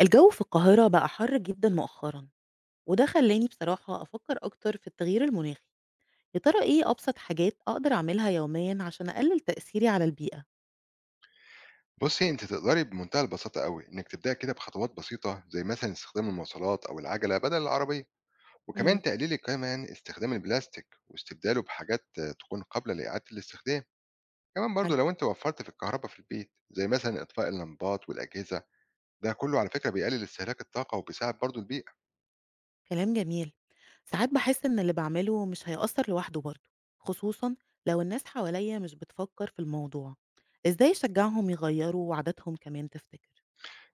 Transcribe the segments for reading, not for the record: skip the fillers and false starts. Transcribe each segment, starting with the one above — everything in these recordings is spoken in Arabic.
الجو في القاهرة بقى حر جدًا مؤخرًا، وده خلّاني بصراحة أفكّر أكتر في التغيير المناخي، يا ترى إيه أبسط حاجات أقدر أعملها يوميًا عشان أقلل تأثيري على البيئة؟ بُصّي، أنتِ تقدري بمنتهى البساطة أوي إنِّك تبدئي كده بخطوات بسيطة، زي مثلًا استخدام المواصلات أو العجلة بدل العربية، وكمان إمم، تقللي كمان استخدام البلاستيك واستبداله بحاجات تكون قابلة لإعادة الاستخدام. كمان برضه حلو، لو أنتِ وفّرتِ في الكهربا في البيت، زي مثلًا إطفاء اللمبات والأجهزة، ده كُلّه على فكرة بيقلل استهلاك الطاقة وبيساعد برضه البيئة. كلام جميل. ساعات باحس إن اللي باعمله مش هيأثّر لوحده برضه، خصوصًا لو الناس حواليّا مش بتفكّر في الموضوع، إزاي أشجّعهم يغيّروا عاداتهم كمان تفتكر؟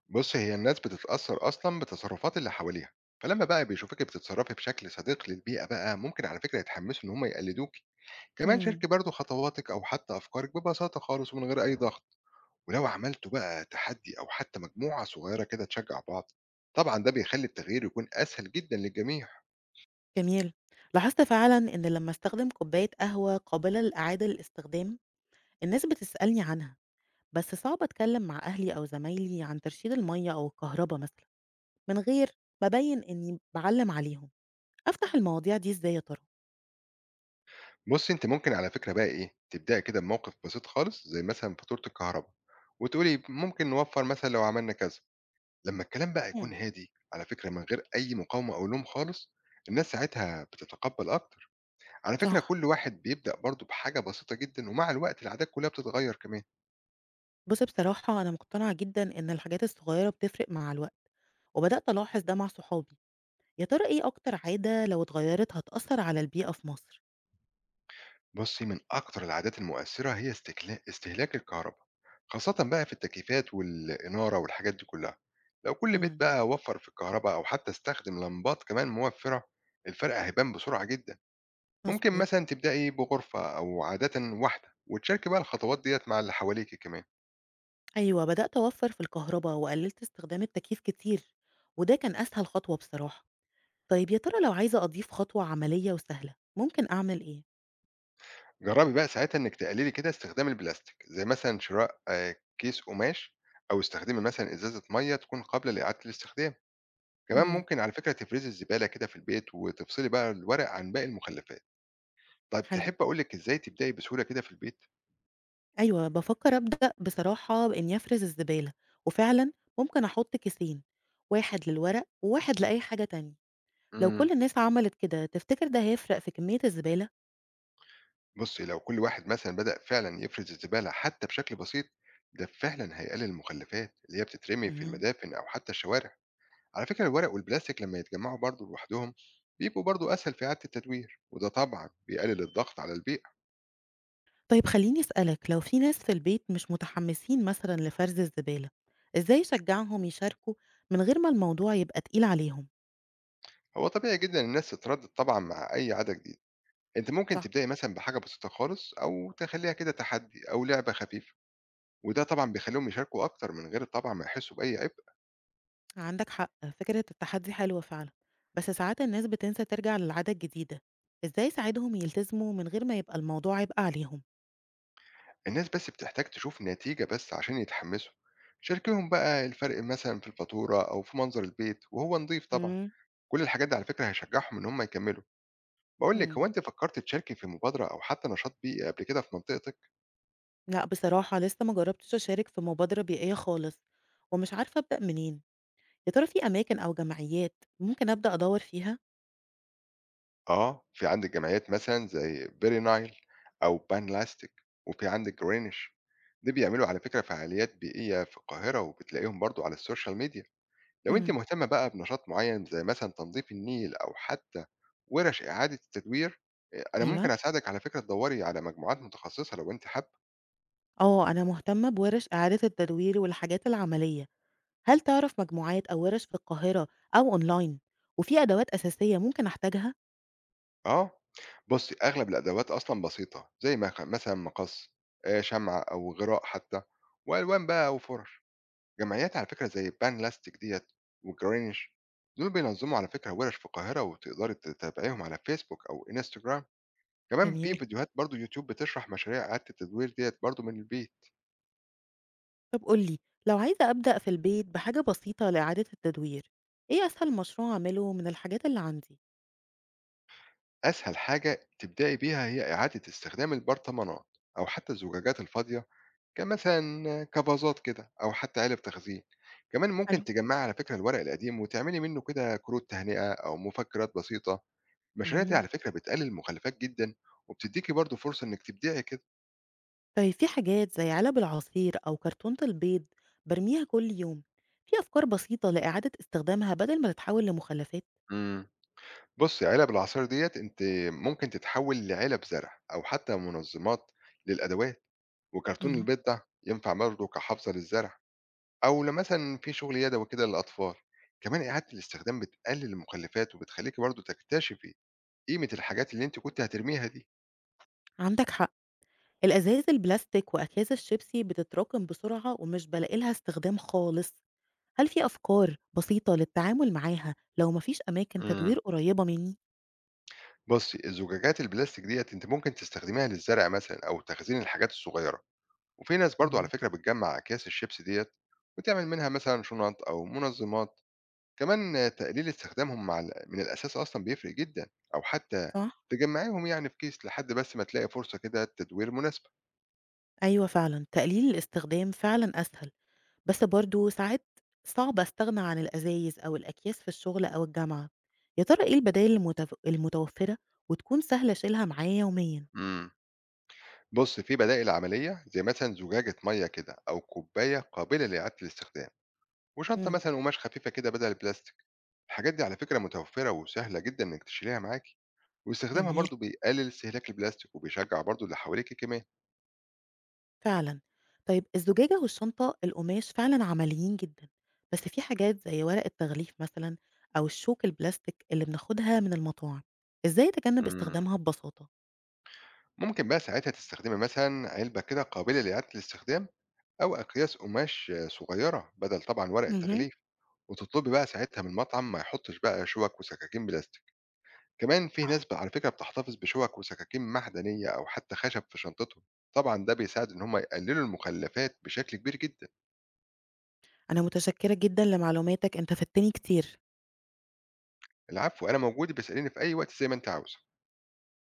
بُصّي، هي الناس بتتأثّر أصلًا بتصرفات اللي حواليها، فلمّا بقى بيشوفوكِ بتتصرّفي بشكل صديق للبيئة بقى، ممكن على فكرة يتحمّسوا إن هم يقلّدوكِ. كمان إمم، شاركي برضه خطواتك أو حتى أفكارك ببساطة خالص ومن غير أي ضغط، ولو عملتوا بقى تحدي أو حتى مجموعة صغيرة كده تشجع بعض، طبعا ده بيخلي التغيير يكون أسهل جدا للجميع. جميل. لاحظت فعلًا إن لمّا أستخدم كوباية قهوة قابلة لإعادة الاستخدام، الناس بتسألني عنها. بس صعب أتكلم مع أهلي أو زمايلي عن ترشيد المية أو الكهرباء مثلا من غير ما أبين إني بعلم عليهم، أفتح المواضيع دي إزاي يا ترى؟ بص، أنت ممكن على فكرة بقى إيه تبدأ كده بموقف بسيط خالص زي مثلا فاتورة الكهرباء، وتقولي ممكن نوفر مثلا لو عملنا كذا. لما الكلام بقى يكون مم. هادي على فكرة من غير أي مقاومة أو لوم خالص، الناس ساعتها بتتقبل أكتر. على فكرة صح. كل واحد بيبدأ برضه بحاجة بسيطة جدا، ومع الوقت العادات كلها بتتغير كمان. بص بصراحة أنا مقتنعة جدا إن الحاجات الصغيرة بتفرق مع الوقت، وبدأت ألاحظ ده مع صحابي. يا ترى إيه أكتر عادة لو اتغيرت هتأثر على البيئة في مصر؟ بصي، من أكتر العادات المؤثرة هي استهلاك الكهرباء، خاصة بقى في التكييفات والإنارة والحاجات دي كلها. لو كل بيت مم. بقى وفر في الكهرباء أو حتى استخدم لمبات كمان موفرة، الفرق هيبان بسرعة جدا. ممكن مظبوط. مثلا تبدأي بغرفة أو عادة واحدة، وتشاركي بقى الخطوات ديت مع اللي حواليك كمان. أيوة بدأت أوفر في الكهرباء وقللت استخدام التكييف كتير، وده كان أسهل خطوة بصراحة. طيب يا ترى لو عايزة أضيف خطوة عملية وسهلة ممكن أعمل إيه؟ جربي بقى ساعتها إنك تقللي كده استخدام البلاستيك، زي مثلا شراء كيس قماش، أو استخدمي مثلا إزازة مية تكون قابلة لإعادة الاستخدام. كمان مم. ممكن على فكرة تفرزي الزبالة كده في البيت، وتفصلي بقى الورق عن باقي المخلفات. طيب حلو. تحب أقول لك إزاي تبدأي بسهولة كده في البيت؟ أيوه، بافكّر أبدأ بصراحة بإنّي أفرز الزبالة، وفعلًا ممكن أحُط كيسين، واحد للورق وواحد لأي حاجة تانية. لو كل امم الناس عملت كده، تفتكر ده هيفرق في كمية الزبالة؟ بصي، لو كل واحد مثلا بدأ فعلا يفرز الزبالة حتى بشكل بسيط، ده فعلا هيقلل المخلفات اللي هي بتترمي في اهم. المدافن أو حتى الشوارع. على فكرة الورق والبلاستيك لما يتجمعوا برضو لوحدهم، بيبقوا برضو أسهل في إعادة التدوير، وده طبعا بيقلل الضغط على البيئة. طيب خلّيني أسألك، لو في ناس في البيت مش متحمّسين مثلًا لفرز الزبالة، إزاي أشجّعهم يشاركوا من غير ما الموضوع يبقى تقيل عليهم؟ هو طبيعي جدا الناس تتردد طبعا مع أي عادة جديدة. أنت ممكن صح. تبدأي مثلا بحاجة بسيطة خالص، أو تخليها كده تحدي أو لعبة خفيفة، وده طبعًا بيخلّيهم يشاركوا أكتر من غير طبعًا ما يحسّوا بأي عبء. عندك حق، فكرة التحدّي حلوة فعلًا، بس ساعات الناس بتنسى ترجع للعادة الجديدة. إزاي أساعدهم يلتزموا من غير ما يبقى الموضوع عبء عليهم؟ الناس بس بتحتاج تشوف نتيجة بس عشان يتحمّسوا، شاركيهم بقى الفرق مثلًا في الفاتورة أو في منظر البيت وهو نضيف طبعًا، إمم، كل الحاجات دي على فكرة هيشجّعهم إن هم يكمّلوا. باقول لِك، هو إمم. أنتِ فكّرتِ تشاركي في مبادرة أو حتى نشاط بيئي قبل كده في منطقتِك؟ لأ بصراحة لسه ما جرّبتش أشارك في مبادرة بيئية خالص، ومش عارفة أبدأ منين، يا ترى في أماكن أو جمعيات ممكن أبدأ أدوّر فيها؟ في عندِك جمعيات مثلًا زي Very Nile أو Pan Plastic، وفي عندِك Greenish، دي بيعملوا على فكرة فعاليات بيئية في القاهرة، وبتلاقيهم برضه على الSocial Media. لو أنتِ إمم. مهتمة بقى بنشاط معيّن زي مثلًا تنضيف النيل أو حتى ورش إعادة التدوير، أنا أيوه، ممكن أساعدِك على فكرة تدوّري على مجموعات متخصصة لو أنتِ حابة. آه، أنا مهتمة بورش إعادة التدوير والحاجات العملية، هل تعرف مجموعات أو ورش في القاهرة أو أونلاين، وفي أدوات أساسية ممكن أحتاجها؟ آه، بُصّي، أغلب الأدوات أصلًا بسيطة زي مثلًا مقص، شمعة أو غراء حتى، وألوان بقى وفُرَش. جمعيات على فكرة زي بانلاستيك ديّة وGreenwich، دول بينظّموا على فكرة ورش في القاهرة، وتقدري تتابعيهم على فيسبوك أو إنستجرام. كمان في جميل. فيديوهات برضه يوتيوب بتشرح مشاريع إعادة التدوير ديّة برضه من البيت. طب قُل لي، لو عايزة أبدأ في البيت بحاجة بسيطة لإعادة التدوير، إيه أسهل مشروع أعمله من الحاجات اللي عندي؟ أسهل حاجة تبدأي بيها هي إعادة استخدام البرطمانات، أو حتى الزجاجات الفاضية كمثلا كفازات كده، أو حتى علب تخزين. كمان حلو. ممكن تجمعي على فكرة الورق القديم وتعملي منه كده كروت تهنئة أو مفكرات بسيطة. المشاريع دي إمم. على فكرة بتقلل المخلفات جدا، وبتديكي برضو فرصة إنك تبدعي كده. طيب في حاجات زي علب العصير أو كرتونة البيض برميها كل يوم، في أفكار بسيطة لإعادة استخدامها بدل ما تتحول لمخلفات؟ مم. بصي، علب العصير ديت أنت ممكن تتحول لعلب زرع أو حتى منظمات للأدوات، وكرتون مم. البيض ده ينفع برضه كحافظة للزرع، أو لو مثلًا في شغل يدوي كده للأطفال. كمان إعادة الاستخدام بتقلل المخلفات وبتخلّيكِ برضه تكتشفي قيمة الحاجات اللي أنتِ كنتِ هترميها دي. عندك حق. الأزايز البلاستيك وأكياس الشيبسي بتتراكم بسرعة ومش بلاقي لها استخدام خالص، هل في أفكار بسيطة للتعامل معاها لو مفيش أماكن إمم. تدوير قريبة مني؟ بُصي، الزجاجات البلاستيك ديّة أنتِ ممكن تستخدميها للزرع مثلًا أو تخزين الحاجات الصغيرة، وفي ناس برضه على مم. فكرة بتجمّع أكياس الشيبسي ديّة وتعمل منها مثلًا شنط أو منظمات. كمان تقليل استخدامهم مع ال من الأساس أصلًا بيفرق جدًا، أو حتى صح؟ تجمّعيهم يعني في كيس لحد بس ما تلاقي فرصة كده تدوير مناسبة. أيوة فعلا تقليل الاستخدام فعلا أسهل، بس برضه ساعات صعب أستغنى عن الأزايز أو الأكياس في الشغل أو الجامعة، يا ترى إيه البدايل المتوفرة وتكون سهلة أشيلها معايا يوميًا؟ إمم. بص، في بدائل عملية زي مثلا زجاجة مية كده أو كوباية قابلة لإعادة الاستخدام، وشنطة امم. مثلا قماش خفيفة كده بدل البلاستيك. الحاجات دي على فكرة متوفرة وسهلة جدا إنك تشيليها معاكي، واستخدامها جميل، برضو بيقلل استهلاك البلاستيك وبيشجع برضو اللي حواليك كمان. فعلًا، طيب الزجاجة والشنطة القماش فعلًا عمليين جدًا، بس في حاجات زي ورق التغليف مثلًا أو الشوك البلاستيك اللي بناخدها من المطاعم، إزاي أتجنب امم استخدامها ببساطة؟ ممكن بقى ساعتها تستخدمي مثلا علبة كده قابلة لإعادة الاستخدام، أو أقياس قماش صغيرة بدل طبعا ورق امم. التغليف، وتطلبي بقى ساعتها من المطعم ما يحطش بقى شوك وسكاكين بلاستيك. كمان في صح. ناس بقى على فكرة بتحتفظ بشوك وسكاكين معدنية أو حتى خشب في شنطتهم، طبعا ده بيساعد إن هم يقللوا المخلفات بشكل كبير جدا. أنا متشكرة جدًا لمعلوماتك، أنت فدتني كتير. العفو، أنا موجود بيسألني في أي وقت زي ما أنت عاوز.